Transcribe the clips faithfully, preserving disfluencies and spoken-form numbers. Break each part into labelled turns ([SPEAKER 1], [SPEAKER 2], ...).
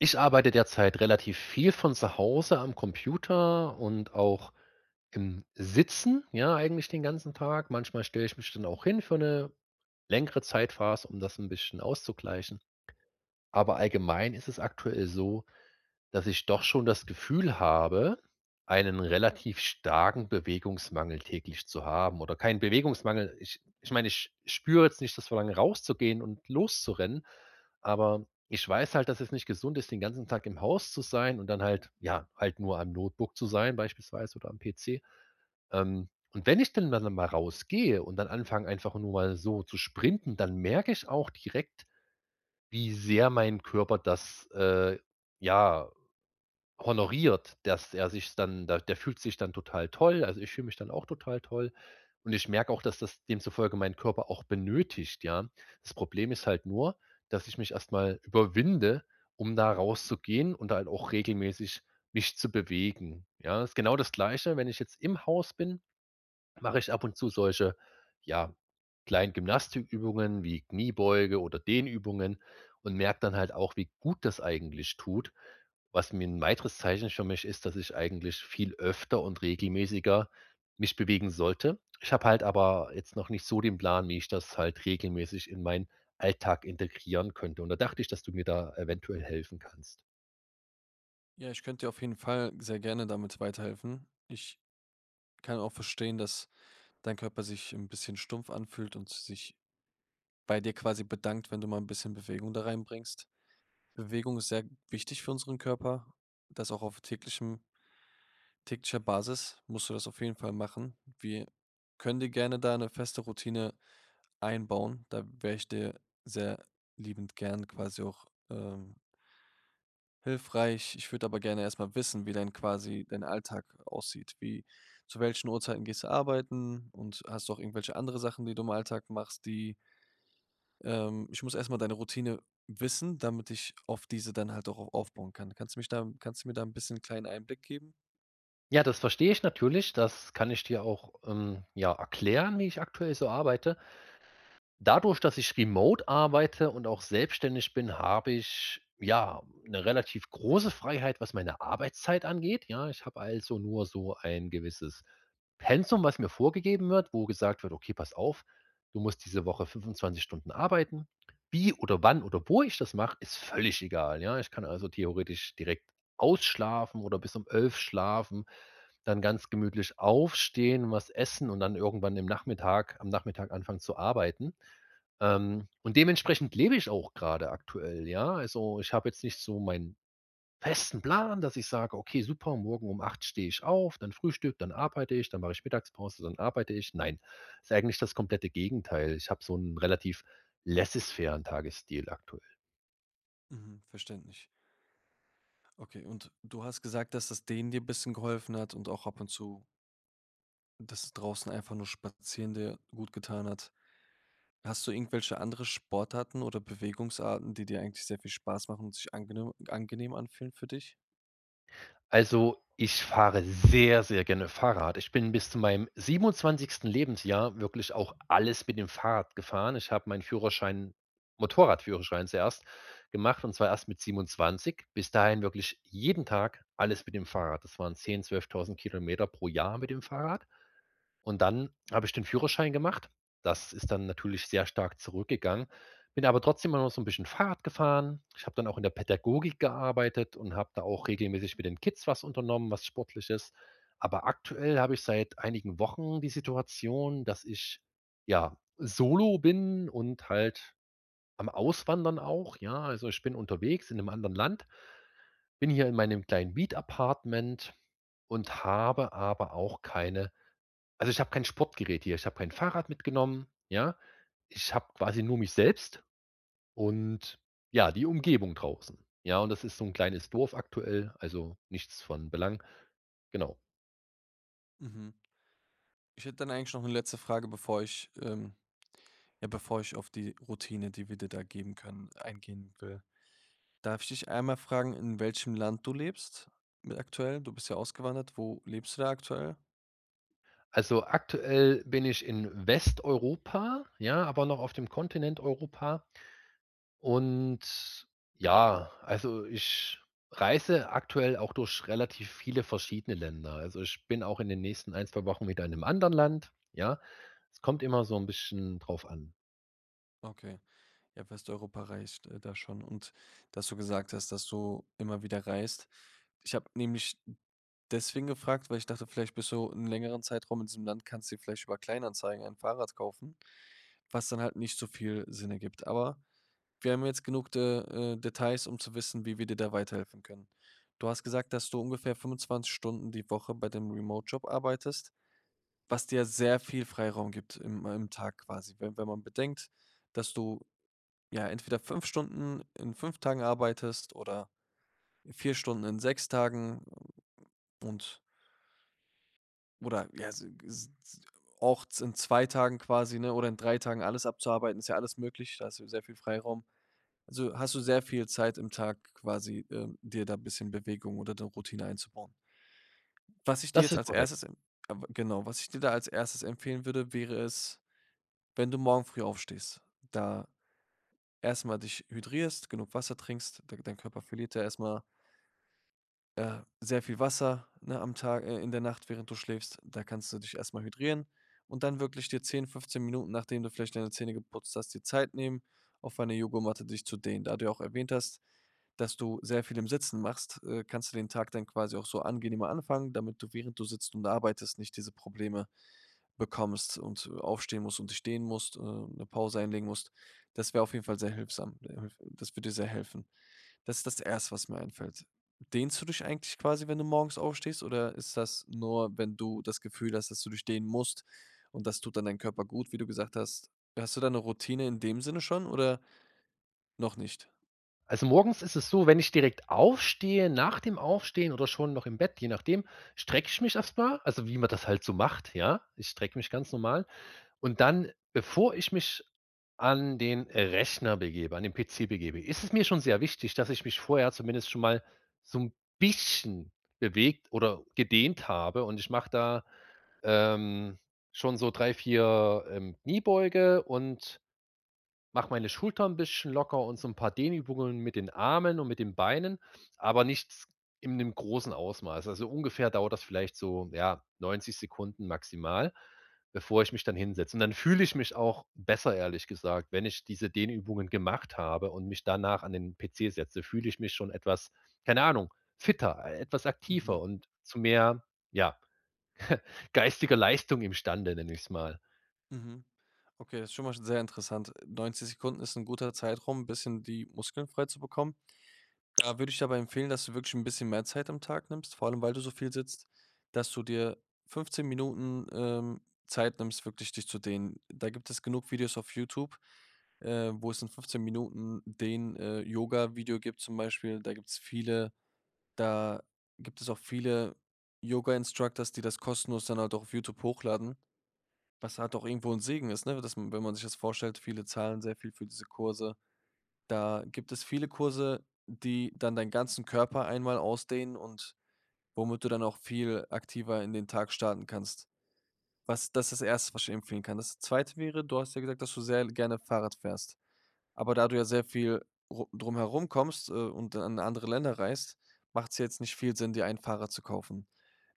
[SPEAKER 1] Ich arbeite derzeit relativ viel von zu Hause am Computer und auch im Sitzen, ja, eigentlich den ganzen Tag. Manchmal stelle ich mich dann auch hin für eine längere Zeitphase, um das ein bisschen auszugleichen. Aber allgemein ist es aktuell so, dass ich doch schon das Gefühl habe, einen relativ starken Bewegungsmangel täglich zu haben oder keinen Bewegungsmangel. Ich ich meine, ich spüre jetzt nicht das Verlangen, rauszugehen und loszurennen, aber ich weiß halt, dass es nicht gesund ist, den ganzen Tag im Haus zu sein und dann halt, ja, halt nur am Notebook zu sein beispielsweise oder am P C. Ähm, und wenn ich denn dann mal rausgehe und dann anfange, einfach nur mal so zu sprinten, dann merke ich auch direkt, wie sehr mein Körper das, äh, ja, honoriert, dass er sich dann da der fühlt sich dann total toll. Also, ich fühle mich dann auch total toll und ich merke auch, dass das demzufolge mein Körper auch benötigt, ja. Das Problem ist halt nur, dass ich mich erstmal überwinde, um da rauszugehen und halt auch regelmäßig mich zu bewegen, ja? Ist genau das Gleiche: wenn ich jetzt im Haus bin, mache ich ab und zu solche, ja, kleinen Gymnastikübungen wie Kniebeuge oder Dehnübungen und merke dann halt auch, wie gut das eigentlich tut. Was mir ein weiteres Zeichen für mich ist, dass ich eigentlich viel öfter und regelmäßiger mich bewegen sollte. Ich habe halt aber jetzt noch nicht so den Plan, wie ich das halt regelmäßig in meinen Alltag integrieren könnte. Und da dachte ich, dass du mir da eventuell helfen kannst.
[SPEAKER 2] Ja, ich könnte dir auf jeden Fall sehr gerne damit weiterhelfen. Ich kann auch verstehen, dass dein Körper sich ein bisschen stumpf anfühlt und sich bei dir quasi bedankt, wenn du mal ein bisschen Bewegung da reinbringst. Bewegung ist sehr wichtig für unseren Körper. Das auch auf täglichem täglicher Basis musst du das auf jeden Fall machen. Wir können dir gerne da 'ne feste Routine einbauen. Da wäre ich dir sehr liebend gern quasi auch, ähm hilfreich. Ich würde aber gerne erstmal wissen, wie dein quasi dein Alltag aussieht. Wie zu welchen Uhrzeiten gehst du arbeiten und hast du auch irgendwelche andere Sachen, die du im Alltag machst, die ähm, ich muss erstmal deine Routine wissen, damit ich auf diese dann halt auch aufbauen kann. Kannst du mich da kannst du mir da ein bisschen einen kleinen Einblick geben?
[SPEAKER 1] Ja, das verstehe ich natürlich. Das kann ich dir auch, ähm, ja, erklären, wie ich aktuell so arbeite. Dadurch, dass ich remote arbeite und auch selbstständig bin, habe ich, ja, eine relativ große Freiheit, was meine Arbeitszeit angeht. Ja, ich habe also nur so ein gewisses Pensum, was mir vorgegeben wird, wo gesagt wird: „Okay, pass auf, du musst diese Woche fünfundzwanzig Stunden arbeiten.“ Wie oder wann oder wo ich das mache, ist völlig egal, ja? Ich kann also theoretisch direkt ausschlafen oder bis um elf schlafen, dann ganz gemütlich aufstehen, was essen und dann irgendwann im Nachmittag am Nachmittag anfangen zu arbeiten. Ähm, und dementsprechend lebe ich auch gerade aktuell, ja. Also, ich habe jetzt nicht so meinen festen Plan, dass ich sage: „Okay, super, morgen um acht stehe ich auf, dann Frühstück, dann arbeite ich, dann mache ich Mittagspause, dann arbeite ich.“ Nein, ist eigentlich das komplette Gegenteil. Ich habe so einen relativ laissez-faire-en Tagesstil aktuell.
[SPEAKER 2] Mhm, verständlich. Okay, und du hast gesagt, dass das Dehnen dir ein bisschen geholfen hat und auch ab und zu, dass es draußen einfach nur spazieren dir gut getan hat. Hast du irgendwelche andere Sportarten oder Bewegungsarten, die dir eigentlich sehr viel Spaß machen und sich angenehm, angenehm anfühlen für dich?
[SPEAKER 1] Also, ich fahre sehr, sehr gerne Fahrrad. Ich bin bis zu meinem siebenundzwanzigsten. Lebensjahr wirklich auch alles mit dem Fahrrad gefahren. Ich habe meinen Führerschein, Motorradführerschein zuerst gemacht, und zwar erst mit siebenundzwanzig. Bis dahin wirklich jeden Tag alles mit dem Fahrrad. Das waren zehntausend, zwölftausend Kilometer pro Jahr mit dem Fahrrad. Und dann habe ich den Führerschein gemacht. Das ist dann natürlich sehr stark zurückgegangen. Bin aber trotzdem immer noch so 'n bisschen Fahrrad gefahren. Ich habe dann auch in der Pädagogik gearbeitet und habe da auch regelmäßig mit den Kids was unternommen, was Sportliches. Aber aktuell habe ich seit einigen Wochen die Situation, dass ich, ja, solo bin und halt am Auswandern auch, ja. Also, ich bin unterwegs in 'nem anderen Land, bin hier in meinem kleinen Mietapartment und habe aber auch keine also, ich habe kein Sportgerät hier. Ich habe kein Fahrrad mitgenommen, ja? Ich habe quasi nur mich selbst und, ja, die Umgebung draußen. Ja, und das ist so ein kleines Dorf aktuell, also nichts von Belang. Genau.
[SPEAKER 2] Mhm. Ich hätte dann eigentlich noch eine letzte Frage, bevor ich, ähm, ja, bevor ich auf die Routine, die wir dir da geben können, eingehen will. Darf ich dich einmal fragen, in welchem Land du lebst mit aktuell? Du bist ja ausgewandert. Wo lebst du da aktuell?
[SPEAKER 1] Also, aktuell bin ich in Westeuropa, ja, aber noch auf dem Kontinent Europa. Und ja, also ich reise aktuell auch durch relativ viele verschiedene Länder. Also ich bin auch in den nächsten ein, zwei Wochen wieder in einem anderen Land, ja? Es kommt immer so ein bisschen drauf an.
[SPEAKER 2] Okay. Ja, Westeuropa reicht äh, da schon. Und dass du gesagt hast, dass du immer wieder reist. Ich habe nämlich deswegen gefragt, weil ich dachte, vielleicht bist du einen längeren Zeitraum in diesem Land, kannst dir vielleicht über Kleinanzeigen ein Fahrrad kaufen, was dann halt nicht so viel Sinn ergibt. Aber wir haben jetzt genug de äh, Details, um zu wissen, wie wir dir da weiterhelfen können. Du hast gesagt, dass du ungefähr fünfundzwanzig Stunden die Woche bei dem Remote-Job arbeitest, was dir sehr viel Freiraum gibt im im Tag quasi. Wenn wenn man bedenkt, dass du, ja, entweder fünf Stunden in fünf Tagen arbeitest oder vier Stunden in sechs Tagen und Oder ja, s s auch z in zwei Tagen quasi, ne, oder in drei Tagen alles abzuarbeiten, ist ja alles möglich, da hast du sehr viel Freiraum. Also, hast du sehr viel Zeit im Tag quasi, ähm, dir da ein bisschen Bewegung oder 'ne Routine einzubauen. Was ich dir
[SPEAKER 1] Das
[SPEAKER 2] jetzt
[SPEAKER 1] ist
[SPEAKER 2] als
[SPEAKER 1] korrekt.
[SPEAKER 2] erstes em aber genau, Was ich dir da als erstes empfehlen würde, wäre es, wenn du morgen früh aufstehst, da erstmal dich hydrierst, genug Wasser trinkst, de dein Körper verliert ja erstmal Äh, sehr viel Wasser, ne, am Tag äh, in der Nacht, während du schläfst. Da kannst du dich erstmal hydrieren und dann wirklich dir zehn fünfzehn Minuten, nachdem du vielleicht deine Zähne geputzt hast, dir Zeit nehmen, auf einer Yogamatte dich zu dehnen. Da du ja auch erwähnt hast, dass du sehr viel im Sitzen machst, äh, kannst du den Tag dann quasi auch so angenehmer anfangen, damit du, während du sitzt und arbeitest, nicht diese Probleme bekommst und aufstehen musst und dich dehnen musst, äh, 'ne Pause einlegen musst. Das wäre auf jeden Fall sehr hilfsam äh, hilf das würde dir sehr helfen. Das ist das Erste, was mir einfällt. Dehnst du dich eigentlich quasi, wenn du morgens aufstehst, oder ist das nur, wenn du das Gefühl hast, dass du dich dehnen musst und das tut dann deinem Körper gut, wie du gesagt hast? Hast du da 'ne Routine in dem Sinne schon oder noch nicht?
[SPEAKER 1] Also morgens ist es so: wenn ich direkt aufstehe, nach dem Aufstehen oder schon noch im Bett, je nachdem, strecke ich mich erstmal, also wie man das halt so macht, ja? Ich strecke mich ganz normal. Und dann, bevor ich mich an den Rechner begebe, an den P C begebe, ist es mir schon sehr wichtig, dass ich mich vorher zumindest schon mal so ein bisschen bewegt oder gedehnt habe, und ich mache da, ähm, schon so drei, vier ähm, Kniebeuge und mache meine Schultern 'n bisschen locker und so ein paar Dehnübungen mit den Armen und mit den Beinen, aber nichts in 'nem großen Ausmaß. Also, ungefähr dauert das vielleicht so, ja, neunzig Sekunden maximal, bevor ich mich dann hinsetze. Und dann fühle ich mich auch besser, ehrlich gesagt. Wenn ich diese Dehnübungen gemacht habe und mich danach an den P C setze, fühle ich mich schon etwas, keine Ahnung, fitter, e etwas aktiver
[SPEAKER 2] Mhm,
[SPEAKER 1] und zu mehr, ja, geistiger Leistung imstande, nenne ich es mal.
[SPEAKER 2] mhm. Okay, das ist schon mal sehr interessant. neunzig Sekunden ist ein guter Zeitraum, ein bisschen die Muskeln frei zu bekommen. Da würde ich aber empfehlen, dass du wirklich ein bisschen mehr Zeit am Tag nimmst, vor allem, weil du so viel sitzt, dass du dir fünfzehn Minuten, ähm, Zeit nimmst, wirklich dich zu dehnen. Da gibt es genug Videos auf YouTube, äh, wo es in fünfzehn Minuten den äh, Yoga-Video gibt zum Beispiel. Da gibt es viele da gibt es auch viele Yoga-Instructors, die das kostenlos dann halt auch auf YouTube hochladen, was halt auch irgendwo ein Segen ist, ne, dass man wenn man sich das vorstellt, viele zahlen sehr viel für diese Kurse. Da gibt es viele Kurse, die dann deinen ganzen Körper einmal ausdehnen und womit du dann auch viel aktiver in den Tag starten kannst. Was das ist das erste., was ich empfehlen kann. Das zweite wäre, du hast ja gesagt, dass du sehr gerne Fahrrad fährst. Aber da du ja sehr viel ru drumherum kommst, äh, und an andere Länder reist, macht es jetzt nicht viel Sinn, dir ein Fahrrad zu kaufen.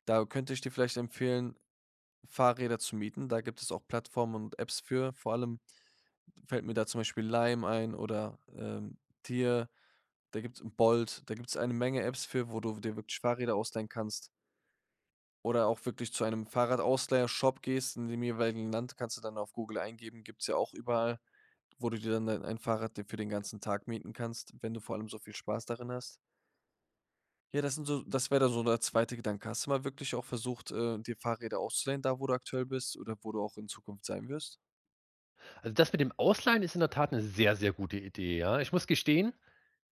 [SPEAKER 2] Da könnte ich dir vielleicht empfehlen, Fahrräder zu mieten. Da gibt es auch Plattformen und Apps für, vor allem fällt mir da zum Beispiel Lime ein oder, ähm, Dir. Da gibt es Bolt, da gibt es eine Menge Apps für, wo du dir wirklich Fahrräder ausleihen kannst oder auch wirklich zu einem Fahrradausleiher-Shop gehst in dem jeweiligen Land, kannst du dann auf Google eingeben, gibt's ja auch überall, wo du dir dann ein ein Fahrrad dir für den ganzen Tag mieten kannst, wenn du vor allem so viel Spaß darin hast. Ja, das sind so das wäre dann so der zweite Gedanke. Hast du mal wirklich auch versucht, äh, dir Fahrräder auszuleihen, da wo du aktuell bist oder wo du auch in Zukunft sein wirst?
[SPEAKER 1] Also, das mit dem Ausleihen ist in der Tat eine sehr, sehr gute Idee, ja. Ich muss gestehen,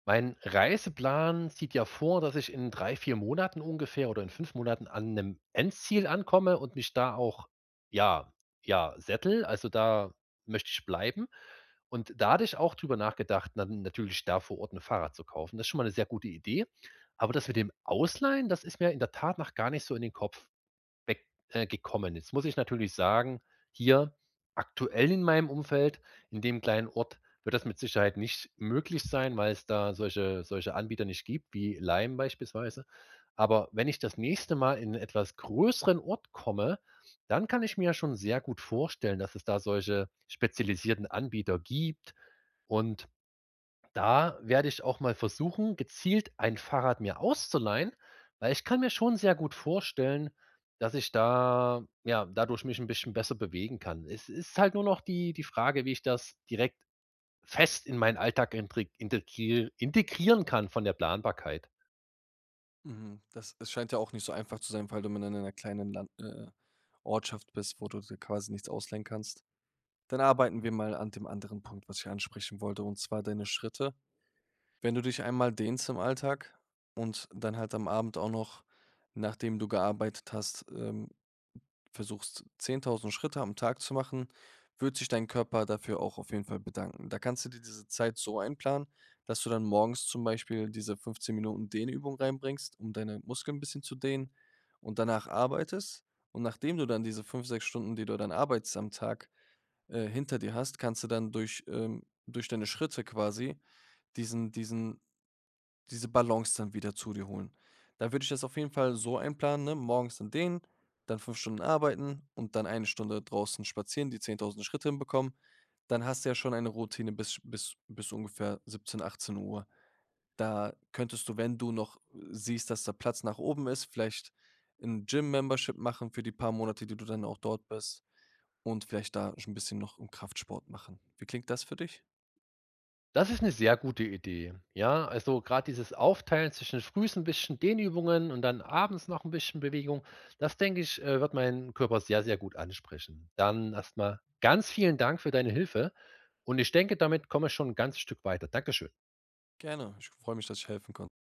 [SPEAKER 1] mein Reiseplan sieht ja vor, dass ich in drei, vier Monaten ungefähr oder in fünf Monaten an einem Endziel ankomme und mich da auch, ja, ja, settle. Also, da möchte ich bleiben. Und da hatte ich auch drüber nachgedacht, dann natürlich da vor Ort ein Fahrrad zu kaufen. Das ist schon mal eine sehr gute Idee. Aber das mit dem Ausleihen, das ist mir in der Tat noch gar nicht so in den Kopf weg äh, gekommen. Jetzt muss ich natürlich sagen, hier aktuell in meinem Umfeld, in dem kleinen Ort, wird das mit Sicherheit nicht möglich sein, weil es da solche solche Anbieter nicht gibt, wie Lime beispielsweise. Aber wenn ich das nächste Mal in 'nen etwas größeren Ort komme, dann kann ich mir schon sehr gut vorstellen, dass es da solche spezialisierten Anbieter gibt, und da werde ich auch mal versuchen, gezielt ein Fahrrad mir auszuleihen, weil ich kann mir schon sehr gut vorstellen, dass ich da, ja, dadurch mich ein bisschen besser bewegen kann. Es ist halt nur noch die die Frage, wie ich das direkt fest in meinen Alltag integri integri integrieren kann von der Planbarkeit.
[SPEAKER 2] Mhm. Das es scheint ja auch nicht so einfach zu sein, weil du in einer kleinen Land äh, Ortschaft bist, wo du dir quasi nichts ausleihen kannst. Dann arbeiten wir mal an dem anderen Punkt, was ich ansprechen wollte, und zwar deine Schritte. Wenn du dich einmal dehnst im Alltag und dann halt am Abend auch noch, nachdem du gearbeitet hast, ähm, versuchst zehntausend Schritte am Tag zu machen, wird sich dein Körper dafür auch auf jeden Fall bedanken. Da kannst du dir diese Zeit so einplanen, dass du dann morgens zum Beispiel diese fünfzehn Minuten Dehnübung reinbringst, um deine Muskeln ein bisschen zu dehnen und danach arbeitest. Und nachdem du dann diese fünf, sechs Stunden, die du dann arbeitest am Tag, äh, hinter dir hast, kannst du dann durch, ähm, durch deine Schritte quasi diesen, diesen diese Balance dann wieder zu dir holen. Da würde ich das auf jeden Fall so einplanen, ne? Morgens dann den, dann fünf Stunden arbeiten und dann eine Stunde draußen spazieren, die zehntausend Schritte hinbekommen. Dann hast du ja schon eine Routine bis bis bis ungefähr siebzehn, Uhr. Da könntest du, wenn du noch äh, siehst, dass da Platz nach oben ist, vielleicht ein Gym-Membership machen für die paar Monate, die du dann auch dort bist und vielleicht da schon 'n bisschen noch im Kraftsport machen. Wie klingt das für dich?
[SPEAKER 1] Das ist eine sehr gute Idee. Ja, also, gerade dieses Aufteilen zwischen frühs 'n bisschen Dehnübungen und dann abends noch ein bisschen Bewegung, das denke ich, äh, wird meinen Körper sehr, sehr gut ansprechen. Dann erstmal ganz vielen Dank für deine Hilfe, und ich denke, damit komme ich schon 'n ganzes Stück weiter. Dankeschön.
[SPEAKER 2] Gerne. Ich freue mich, dass ich helfen konnte.